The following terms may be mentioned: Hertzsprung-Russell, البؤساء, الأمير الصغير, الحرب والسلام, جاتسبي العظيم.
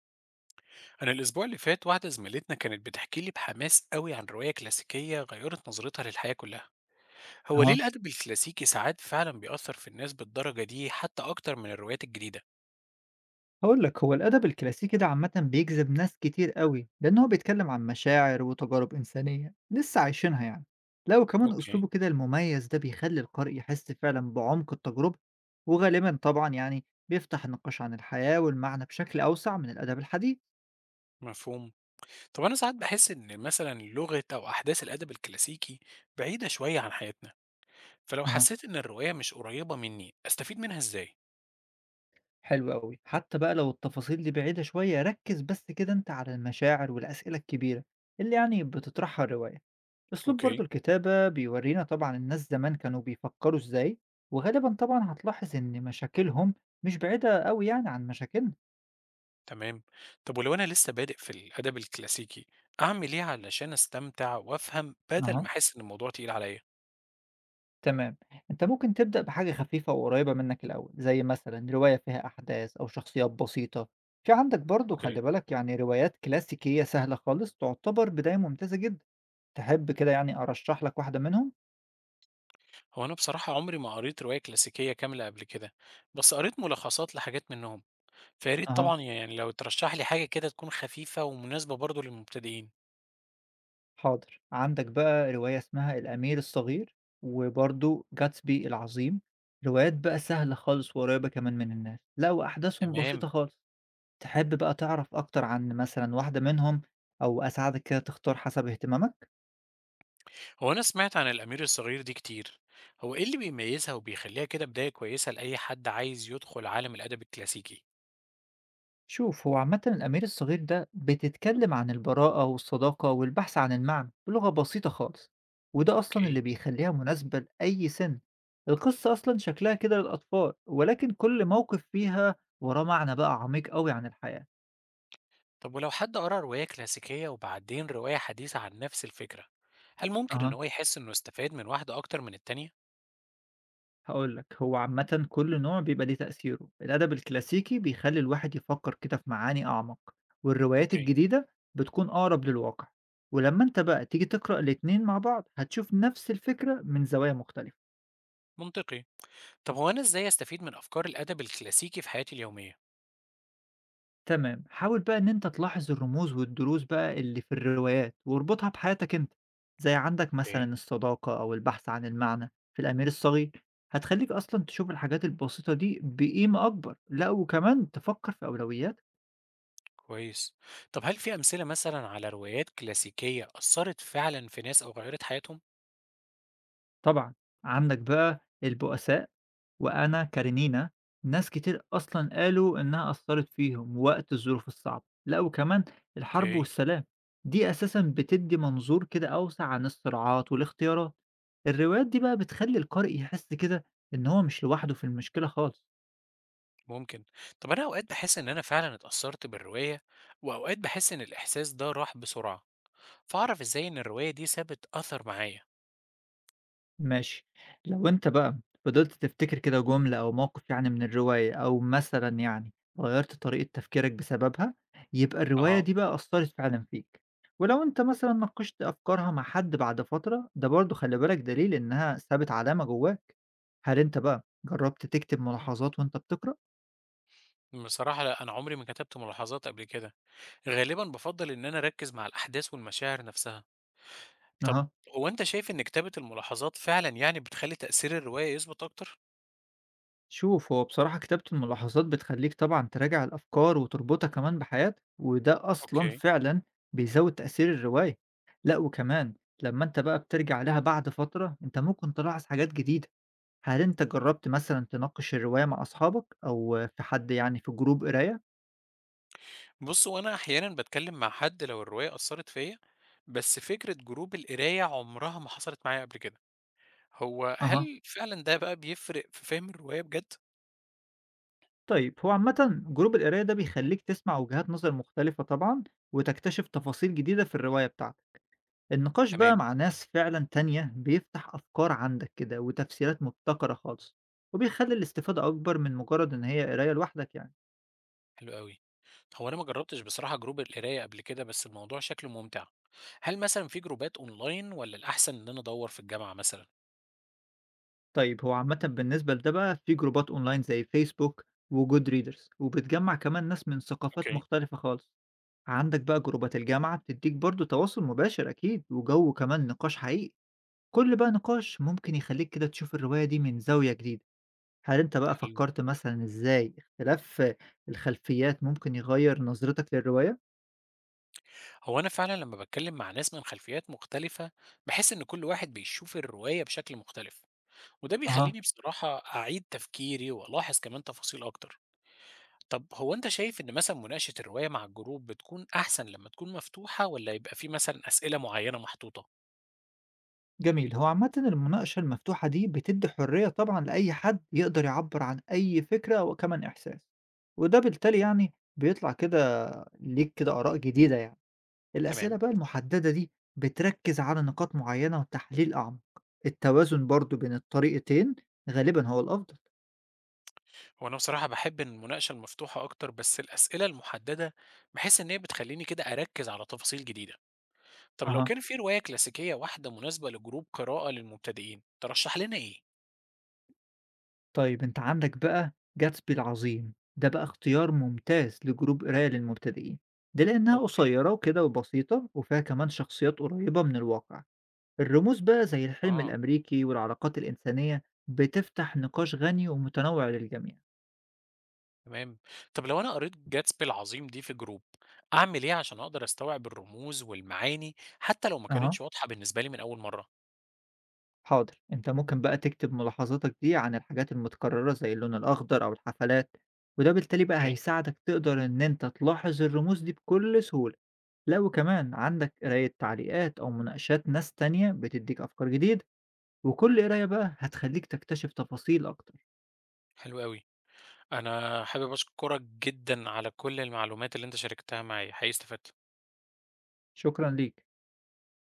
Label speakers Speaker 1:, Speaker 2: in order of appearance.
Speaker 1: أنا الأسبوع اللي فات واحدة زميلتنا كانت بتحكي لي بحماس قوي عن رواية كلاسيكية غيرت نظرتها للحياة كلها، هو ليه
Speaker 2: أها.
Speaker 1: الأدب الكلاسيكي ساعات فعلا بيأثر في الناس بالدرجة دي حتى أكتر من الروايات الجديدة؟
Speaker 2: هاقول لك هو الأدب الكلاسيكي ده عامةً بيجذب ناس كتير أوي، لأن هو بيتكلم عن مشاعر وتجارب إنسانية لسه عايشينها يعني، لا وكمان
Speaker 1: أوكي.
Speaker 2: أسلوبه كده المميز ده بيخلّي القارئ يحس فعلًا بعمق التجربة، وغالبًا طبعًا يعني بيفتح النقاش عن الحياة والمعنى بشكل أوسع من الأدب الحديث.
Speaker 1: مفهوم، طب أنا ساعات بحس إن مثلا لغة أو أحداث الأدب الكلاسيكي بعيدة شوية عن حياتنا، فلو
Speaker 2: أها.
Speaker 1: حسيت إن الرواية مش قريبة مني أستفيد منها إزاي؟
Speaker 2: حلو أوي، حتى بقى لو التفاصيل دي بعيدة شوية ركز بس كده أنت على المشاعر والأسئلة الكبيرة اللي يعني بتطرحها الرواية. أسلوب برضو
Speaker 1: أوكي.
Speaker 2: الكتابة بيورينا طبعا الناس زمان كانوا بيفكروا إزاي، وغالبا طبعا هتلاحظ إن مشاكلهم مش بعيدة أوي يعني عن مشاكلنا.
Speaker 1: تمام، طب ولو أنا لسه بادئ في الأدب الكلاسيكي أعمل إيه علشان أستمتع وأفهم بدل ما
Speaker 2: أها،
Speaker 1: أحس إن الموضوع تقيل عليا؟
Speaker 2: تمام. أنت ممكن تبدأ بحاجة خفيفة وقريبة منك الأول، زي مثلا رواية فيها أحداث أو شخصيات بسيطة. في عندك برضو
Speaker 1: أوكي.
Speaker 2: خلي بالك يعني روايات كلاسيكية سهلة خالص تعتبر بداية ممتازة جدا. تحب كده يعني أرشح لك واحدة منهم؟
Speaker 1: هو أنا بصراحة عمري ما قريت رواية كلاسيكية كاملة قبل كده، بس قريت ملخصات لحاجات منهم، فيا ريت
Speaker 2: أها،
Speaker 1: طبعًا يعني لو ترشح لي حاجة كده تكون خفيفة ومناسبة برضه للمبتدئين.
Speaker 2: حاضر. عندك بقى رواية اسمها الأمير الصغير، وبرضو جاتسبي العظيم. روايات بقى سهلة خالص وقريبة كمان من الناس، لا وأحداثهم
Speaker 1: تمام،
Speaker 2: بسيطة خالص. تحب بقى تعرف أكتر عن مثلا واحدة منهم، أو أساعدك كده تختار حسب اهتمامك؟
Speaker 1: هو أنا سمعت عن الأمير الصغير دي كتير، هو إيه اللي بيميزها وبيخليها كده بداية كويسة لأي حد عايز يدخل عالم الأدب الكلاسيكي؟
Speaker 2: شوف، هو عامة الأمير الصغير ده بتتكلم عن البراءة والصداقة والبحث عن المعنى بلغة بسيطة خالص، وده أصلا
Speaker 1: أوكي،
Speaker 2: اللي بيخليها مناسبة لأي سن. القصة أصلا شكلها كده للأطفال، ولكن كل موقف فيها وراه معنى بقى عميق قوي عن الحياة.
Speaker 1: طب ولو حد قرأ رواية كلاسيكية وبعدين رواية حديثة عن نفس الفكرة، هل ممكن إن
Speaker 2: أها،
Speaker 1: هو يحس إنه استفاد من واحدة أكتر من التانية؟
Speaker 2: هقولك هو عامة كل نوع بيبقى ليه تأثيره. الأدب الكلاسيكي بيخلي الواحد يفكر كده في معاني أعمق، والروايات
Speaker 1: أوكي،
Speaker 2: الجديدة بتكون أقرب للواقع. ولما أنت بقى تيجي تقرأ الاتنين مع بعض هتشوف نفس الفكرة من زوايا مختلفة.
Speaker 1: منطقي. طب هو أنا إزاي أستفيد من أفكار الأدب الكلاسيكي في حياتي اليومية؟
Speaker 2: تمام، حاول بقى إن أنت تلاحظ الرموز والدروس بقى اللي في الروايات واربطها بحياتك أنت، زي عندك
Speaker 1: اوكي.
Speaker 2: مثلًا الصداقة أو البحث عن المعنى في الأمير الصغير، هتخليك أصلًا تشوف الحاجات البسيطة دي بقيمة أكبر، لأ وكمان تفكر في أولوياتك.
Speaker 1: كويس. طب هل في أمثلة مثلا على روايات كلاسيكية أثرت فعلا في ناس أو غيرت حياتهم؟
Speaker 2: طبعًا عندك بقى البؤساء وأنا كارينينا، ناس كتير أصلًا قالوا إنها أثّرت فيهم وقت الظروف الصعبة، لأ وكمان الحرب
Speaker 1: اوكي.
Speaker 2: والسلام، دي أساسًا بتدّي منظور كده أوسع عن الصراعات والاختيارات. الروايات دي بقى بتخلّي القارئ يحس كده إن هو مش لوحده في المشكلة خالص.
Speaker 1: ممكن. طب أنا أوقات بحس إن أنا فعلا اتأثرت بالرواية وأوقات بحس إن الإحساس ده راح بسرعة فأعرف إزاي إن الرواية دي سابت أثر معايا.
Speaker 2: ماشي. لو أنت بقى فضلت تفتكر كده جملة أو موقف من الرواية، أو مثلًا غيّرت طريقة تفكيرك بسببها، يبقى الرواية
Speaker 1: أها.
Speaker 2: دي بقى أثّرت فعلًا فيك. ولو أنت مثلًا ناقشت أفكارها مع حد بعد فترة، ده برضه خلّي بالك دليل إنها سابت علامة جواك. هل أنت بقى جرّبت تكتب ملاحظات وأنت بتقرأ؟
Speaker 1: بصراحة لا أنا عمري ما كتبت ملاحظات قبل كده، غالبا بفضل إن أنا أركز مع الأحداث والمشاعر نفسها. طب
Speaker 2: أها.
Speaker 1: هو أنت شايف إن كتابة الملاحظات فعلًا بتخلّي تأثير الرواية يثبت أكتر؟
Speaker 2: شوف، هو بصراحة كتابة الملاحظات بتخليك طبعا تراجع الأفكار وتربطها كمان بحياتك، وده أصلا
Speaker 1: أوكي.
Speaker 2: فعلا بيزود تأثير الرواية. لا وكمان لما أنت بقى بترجع لها بعد فترة أنت ممكن تلاحظ حاجات جديدة. هل أنت جربت مثلا تناقش الرواية مع أصحابك، أو في حد يعني في جروب قراية؟
Speaker 1: بُص، هو أنا أحيانًا باتكلم مع حد لو الرواية أثّرت فيّا، بس فكرة جروب القراية عمرها ما حصلت معايا قبل كده. هو
Speaker 2: أها،
Speaker 1: هل فعلًا ده بقى بيفرق في فهم الرواية بجد؟
Speaker 2: طيب هو عامة جروب القراية ده بيخليك تسمع وجهات نظر مختلفة طبعا، وتكتشف تفاصيل جديدة في الرواية بتاعتك. النقاش بقى
Speaker 1: تمام.
Speaker 2: مع ناس فعلا تانية بيفتح أفكار عندك كده وتفسيرات مبتكرة خالص، وبيخلي الاستفادة أكبر من مجرد إن هي قراية لوحدك يعني.
Speaker 1: حلو أوي. هو أنا ما جربتش بصراحة جروب القراية قبل كده، بس الموضوع شكله ممتع. هل مثلًا في جروبات أونلاين والّا الأحسن إن أنا أدوّر في الجامعة مثلًا؟
Speaker 2: طيب، هو عامة بالنسبة لده بقى في جروبات أونلاين زي فيسبوك وجود ريدرز، وبتجمع كمان ناس من ثقافات
Speaker 1: أوكي.
Speaker 2: مختلفة خالص. عندك بقى جروبات الجامعة بتديك برضو تواصل مباشر أكيد وجو كمان نقاش حقيقي. كل بقى نقاش ممكن يخليك كده تشوف الرواية دي من زاوية جديدة. هل أنت بقى
Speaker 1: حلو.
Speaker 2: فكرت مثلًا إزاي اختلاف الخلفيات ممكن يغيّر نظرتك للرواية؟
Speaker 1: هو أنا فعلا لما بتكلم مع ناس من خلفيات مختلفة بحس إن كل واحد بيشوف الرواية بشكل مختلف، وده
Speaker 2: أها،
Speaker 1: بيخليني بصراحة أعيد تفكيري وألاحظ كمان تفاصيل أكتر. طب هو أنت شايف إن مثلا مناقشة الرواية مع الجروب بتكون أحسن لما تكون مفتوحة ولا يبقى في مثلا أسئلة معينة محطوطة؟
Speaker 2: جميل. هو عامةً المناقشة المفتوحة دي بتدّي حرية طبعًا لأي حد يقدر يعبّر عن أي فكرة وكمان إحساس، وده بالتالي يعني بيطلع كده ليك كده آراء جديدة يعني. الأسئلة
Speaker 1: تمام.
Speaker 2: بقى المحددة دي بتركّز على نقاط معيّنة وتحليل أعمق. التوازن برضه بين الطريقتين غالبًا هو الأفضل.
Speaker 1: هو أنا بصراحة بحب إن المناقشة المفتوحة أكتر، بس الأسئلة المحددة بحس إن هي بتخليني كده أركز على تفاصيل جديدة. طب لو
Speaker 2: اها،
Speaker 1: كان في رواية كلاسيكية واحدة مناسبة لجروب قراءة للمبتدئين ترشح لنا إيه؟
Speaker 2: طيب أنت عندك بقى جاتسبي العظيم، ده بقى اختيار ممتاز لجروب قراية للمبتدئين، ده لأنها
Speaker 1: اوكي.
Speaker 2: قصيرة وكده وبسيطة وفيها كمان شخصيات قريبة من الواقع. الرموز بقى زي الحلم
Speaker 1: اه.
Speaker 2: الأمريكي والعلاقات الإنسانية بتفتح نقاش غني ومتنوع للجميع.
Speaker 1: تمام. طب لو أنا قريت جاتسبي العظيم دي في جروب أعمل إيه عشان أقدر أستوعب الرموز والمعاني حتى لو ما
Speaker 2: أها،
Speaker 1: كانتش واضحة بالنسبة لي من أول مرة؟
Speaker 2: حاضر. أنت ممكن بقى تكتب ملاحظاتك دي عن الحاجات المتكررة زي اللون الأخضر أو الحفلات، وده بالتالي بقى
Speaker 1: أوكي.
Speaker 2: هيساعدك تقدر إن أنت تلاحظ الرموز دي بكل سهولة. لا وكمان عندك قراية تعليقات أو مناقشات ناس تانية بتديك أفكار جديدة، وكل قراية بقى هتخليك تكتشف تفاصيل أكتر.
Speaker 1: حلو قوي. أنا حابب أشكرك جدا على كل المعلومات اللي أنت شاركتها معايا، حقيقي استفدت.
Speaker 2: شكرا ليك.